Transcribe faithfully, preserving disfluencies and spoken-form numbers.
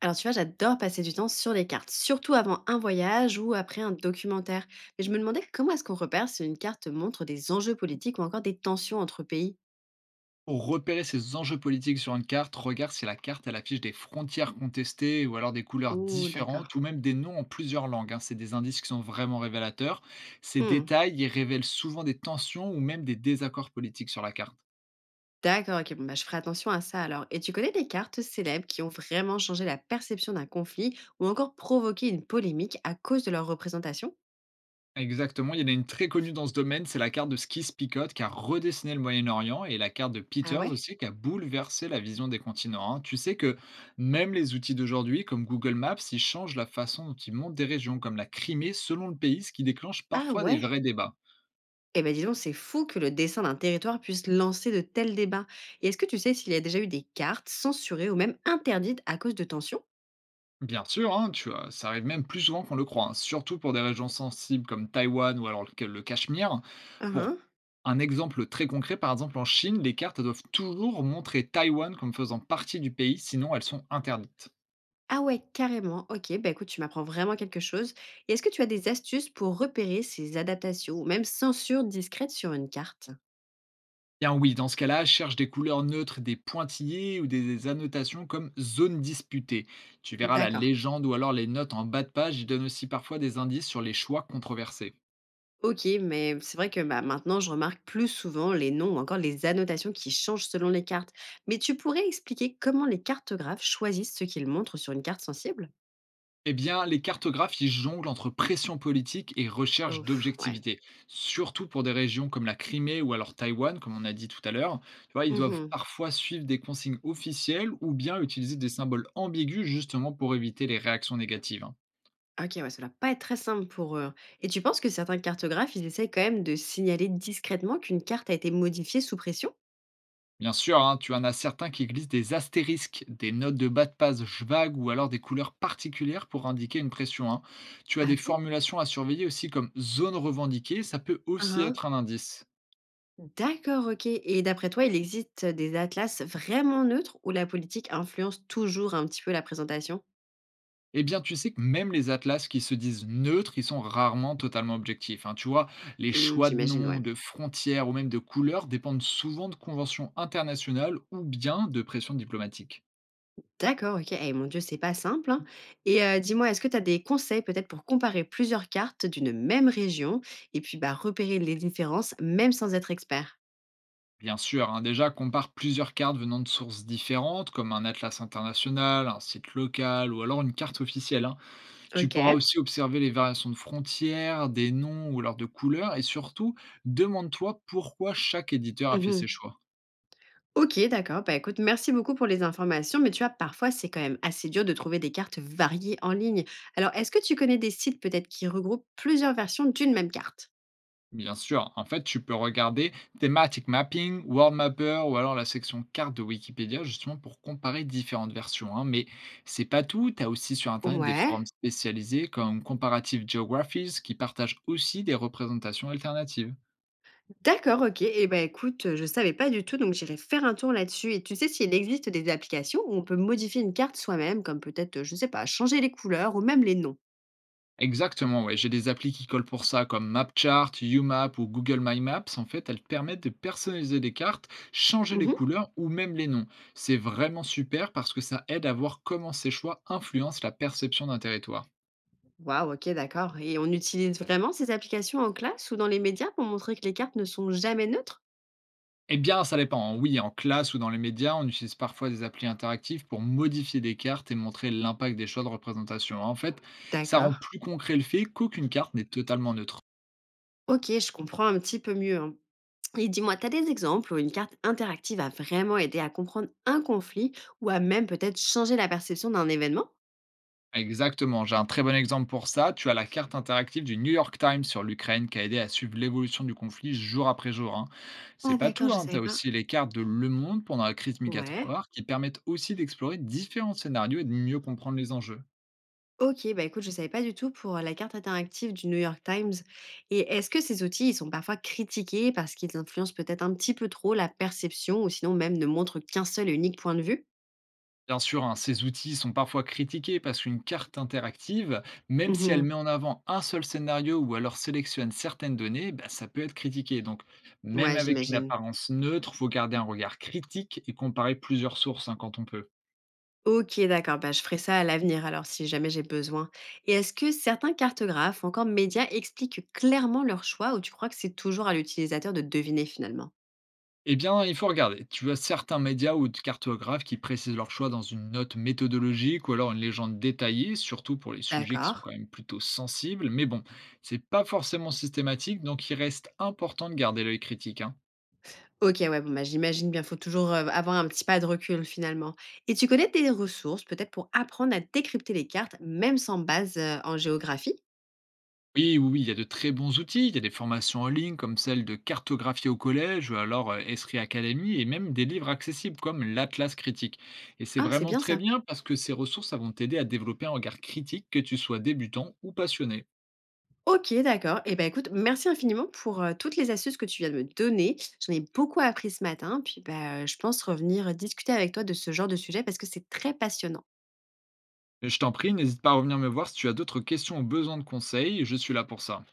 Alors tu vois, j'adore passer du temps sur les cartes, surtout avant un voyage ou après un documentaire. Mais je me demandais comment est-ce qu'on repère si une carte montre des enjeux politiques ou encore des tensions entre pays. Pour repérer ces enjeux politiques sur une carte, regarde si la carte elle affiche des frontières contestées ou alors des couleurs Oh, d'accord. différentes ou même des noms en plusieurs langues. Hein. C'est des indices qui sont vraiment révélateurs. Ces Hmm. détails ils révèlent souvent des tensions ou même des désaccords politiques sur la carte. D'accord, ok, bon, bah, je ferai attention à ça alors. Et tu connais des cartes célèbres qui ont vraiment changé la perception d'un conflit ou encore provoqué une polémique à cause de leur représentation? Exactement, il y en a une très connue dans ce domaine, c'est la carte de Skis-Picot qui a redessiné le Moyen-Orient et la carte de Ah Peters ouais. aussi qui a bouleversé la vision des continents. Hein. Tu sais que même les outils d'aujourd'hui comme Google Maps, ils changent la façon dont ils montent des régions comme la Crimée selon le pays, ce qui déclenche Ah parfois des ouais. vrais débats. Eh ben dis donc, c'est fou que le dessin d'un territoire puisse lancer de tels débats. Et est-ce que tu sais s'il y a déjà eu des cartes censurées ou même interdites à cause de tensions? Bien sûr, hein, tu vois, ça arrive même plus souvent qu'on le croit, hein, surtout pour des régions sensibles comme Taïwan ou alors le, le Cachemire. Hein, Pour hein. un exemple très concret, par exemple en Chine, les cartes doivent toujours montrer Taïwan comme faisant partie du pays, sinon elles sont interdites. Ah ouais, carrément. OK, bah, écoute, tu m'apprends vraiment quelque chose. Et est-ce que tu as des astuces pour repérer ces adaptations ou même censures discrètes sur une carte? Bien oui, dans ce cas-là, cherche des couleurs neutres, des pointillés ou des des annotations comme zone disputée. Tu verras la D'accord. légende ou alors les notes en bas de page, ils donnent aussi parfois des indices sur les choix controversés. OK, mais c'est vrai que bah, maintenant, je remarque plus souvent les noms ou encore les annotations qui changent selon les cartes. Mais tu pourrais expliquer comment les cartographes choisissent ce qu'ils montrent sur une carte sensible? Eh bien, les cartographes y jonglent entre pression politique et recherche Ouf, ouais. d'objectivité, surtout pour des régions comme la Crimée ou alors Taïwan, comme on a dit tout à l'heure. Tu vois, ils doivent Mhm. parfois suivre des consignes officielles ou bien utiliser des symboles ambigus justement pour éviter les réactions négatives. Hein. Ok, ouais, ça doit pas être très simple pour eux. Et tu penses que certains cartographes, ils essayent quand même de signaler discrètement qu'une carte a été modifiée sous pression? Bien sûr, hein, tu en as certains qui glissent des astérisques, des notes de bas de page vagues ou alors des couleurs particulières pour indiquer une pression. Hein. Tu as Ah des bon. formulations à surveiller aussi comme zone revendiquée, ça peut Hein, aussi hein. être un indice. D'accord, OK, et d'après toi, il existe des atlas vraiment neutres où la politique influence toujours un petit peu la présentation? Eh bien, tu sais que même les atlas qui se disent neutres, ils sont rarement totalement objectifs. Hein. Tu vois, les Mmh, choix de j'imagine, noms, ouais. de frontières ou même de couleurs dépendent souvent de conventions internationales ou bien de pressions diplomatiques. D'accord, OK, et mon Dieu, c'est pas simple, hein, et heu, dis-moi, est-ce que tu as des conseils peut-être pour comparer plusieurs cartes d'une même région et puis, bah, repérer les différences même sans être expert? Bien sûr, hein, déjà, compare plusieurs cartes venant de sources différentes, comme un atlas international, un site local ou alors une carte officielle. Hein. Tu pourras OK. aussi observer les variations de frontières, des noms ou alors de couleurs, et surtout, demande-toi pourquoi chaque éditeur a fait Mmh. ses choix. OK, d'accord. Bah, écoute, merci beaucoup pour les informations, mais tu vois, parfois, c'est quand même assez dur de trouver des cartes variées en ligne. Alors, est-ce que tu connais des sites peut-être qui regroupent plusieurs versions d'une même carte? Bien sûr, en fait, tu peux regarder Thematic Mapping, World Mapper ou alors la section carte de Wikipédia justement pour comparer différentes versions. Hein. Mais c'est pas tout, tu as aussi sur Internet des forums Ouais, spécialisés comme Comparative Geographies qui partagent aussi des représentations alternatives. d'accord, ok. Et ben écoute, euh, je savais pas du tout, donc j'irai faire un tour là-dessus. Et tu sais s'il existe des applications où on peut modifier une carte soi-même, comme peut-être, euh, je sais pas, changer les couleurs ou même les noms. Exactement, ouais, j'ai des applis qui collent pour ça comme MapChart, UMap ou Google My Maps. En fait, elles te permettent de personnaliser les cartes, changer les Mhm. couleurs ou même les noms. C'est vraiment super parce que ça aide à voir comment ces choix influencent la perception d'un territoire. Waouh, ok, d'accord. Et on utilise vraiment ces applications en classe ou dans les médias pour montrer que les cartes ne sont jamais neutres? Eh bien, ça dépend. Oui, en classe ou dans les médias, on utilise parfois des applis interactives pour modifier des cartes et montrer l'impact des choix de représentation. En fait, ça D'accord. rend plus concret le fait qu'aucune carte n'est totalement neutre. Ok, je comprends un petit peu mieux, hein. Et dis-moi, t'as des exemples où une carte interactive a vraiment aidé à comprendre un conflit ou à même peut-être changer la perception d'un événement? Exactement, j'ai un très bon exemple pour ça. Tu as la carte interactive du New York Times sur l'Ukraine qui a aidé à suivre l'évolution du conflit jour après jour. Hein. C'est Ah pas d'accord, tout, je hein. Tu savais as pas. aussi les cartes de Le Monde pendant la crise Ouais. migratoire qui permettent aussi d'explorer différents scénarios et de mieux comprendre les enjeux. Ok, bah écoute, je savais pas du tout pour la carte interactive du New York Times. Et est-ce que ces outils, ils sont parfois critiqués parce qu'ils influencent peut-être un petit peu trop la perception ou sinon même ne montrent qu'un seul et unique point de vue? Bien sûr, hein, ces outils sont parfois critiqués parce qu'une carte interactive, même si elle Mhm. met en avant un seul scénario ou alors sélectionne certaines données, bah, ça peut être critiqué. Donc, même Ouais, avec une j'imagine. apparence neutre, faut garder un regard critique et comparer plusieurs sources, hein, quand on peut. OK, d'accord, bah, je ferai ça à l'avenir alors si jamais j'ai besoin. Et est-ce que certains cartographes ou encore médias expliquent clairement leur choix ou tu crois que c'est toujours à l'utilisateur de deviner finalement? Eh bien, il faut regarder. Tu as certains médias ou de cartographes qui précisent leur choix dans une note méthodologique ou alors une légende détaillée, surtout pour les sujets qui D'accord. sont quand même plutôt sensibles. Mais bon, c'est pas forcément systématique, donc il reste important de garder l'œil critique. Hein. OK, ouais, bon, bah, j'imagine bien, faut toujours euh, avoir un petit pas de recul finalement. Et tu connais des ressources peut-être pour apprendre à décrypter les cartes, même sans base euh, en géographie? Oui, oui, oui, il y a de très bons outils. Il y a des formations en ligne comme celle de cartographie au collège ou alors euh, Esri Academy et même des livres accessibles comme l'Atlas critique. Et c'est Ah, c'est vraiment bien très ça. bien parce que ces ressources elles vont t'aider à développer un regard critique, que tu sois débutant ou passionné. OK, d'accord. Eh ben écoute, merci infiniment pour, heu, toutes les astuces que tu viens de me donner. J'en ai beaucoup appris ce matin, puis, bah, je pense revenir discuter avec toi de ce genre de sujet parce que c'est très passionnant. Je t'en prie, n'hésite pas à revenir me voir si tu as d'autres questions ou besoin de conseils. Je suis là pour ça.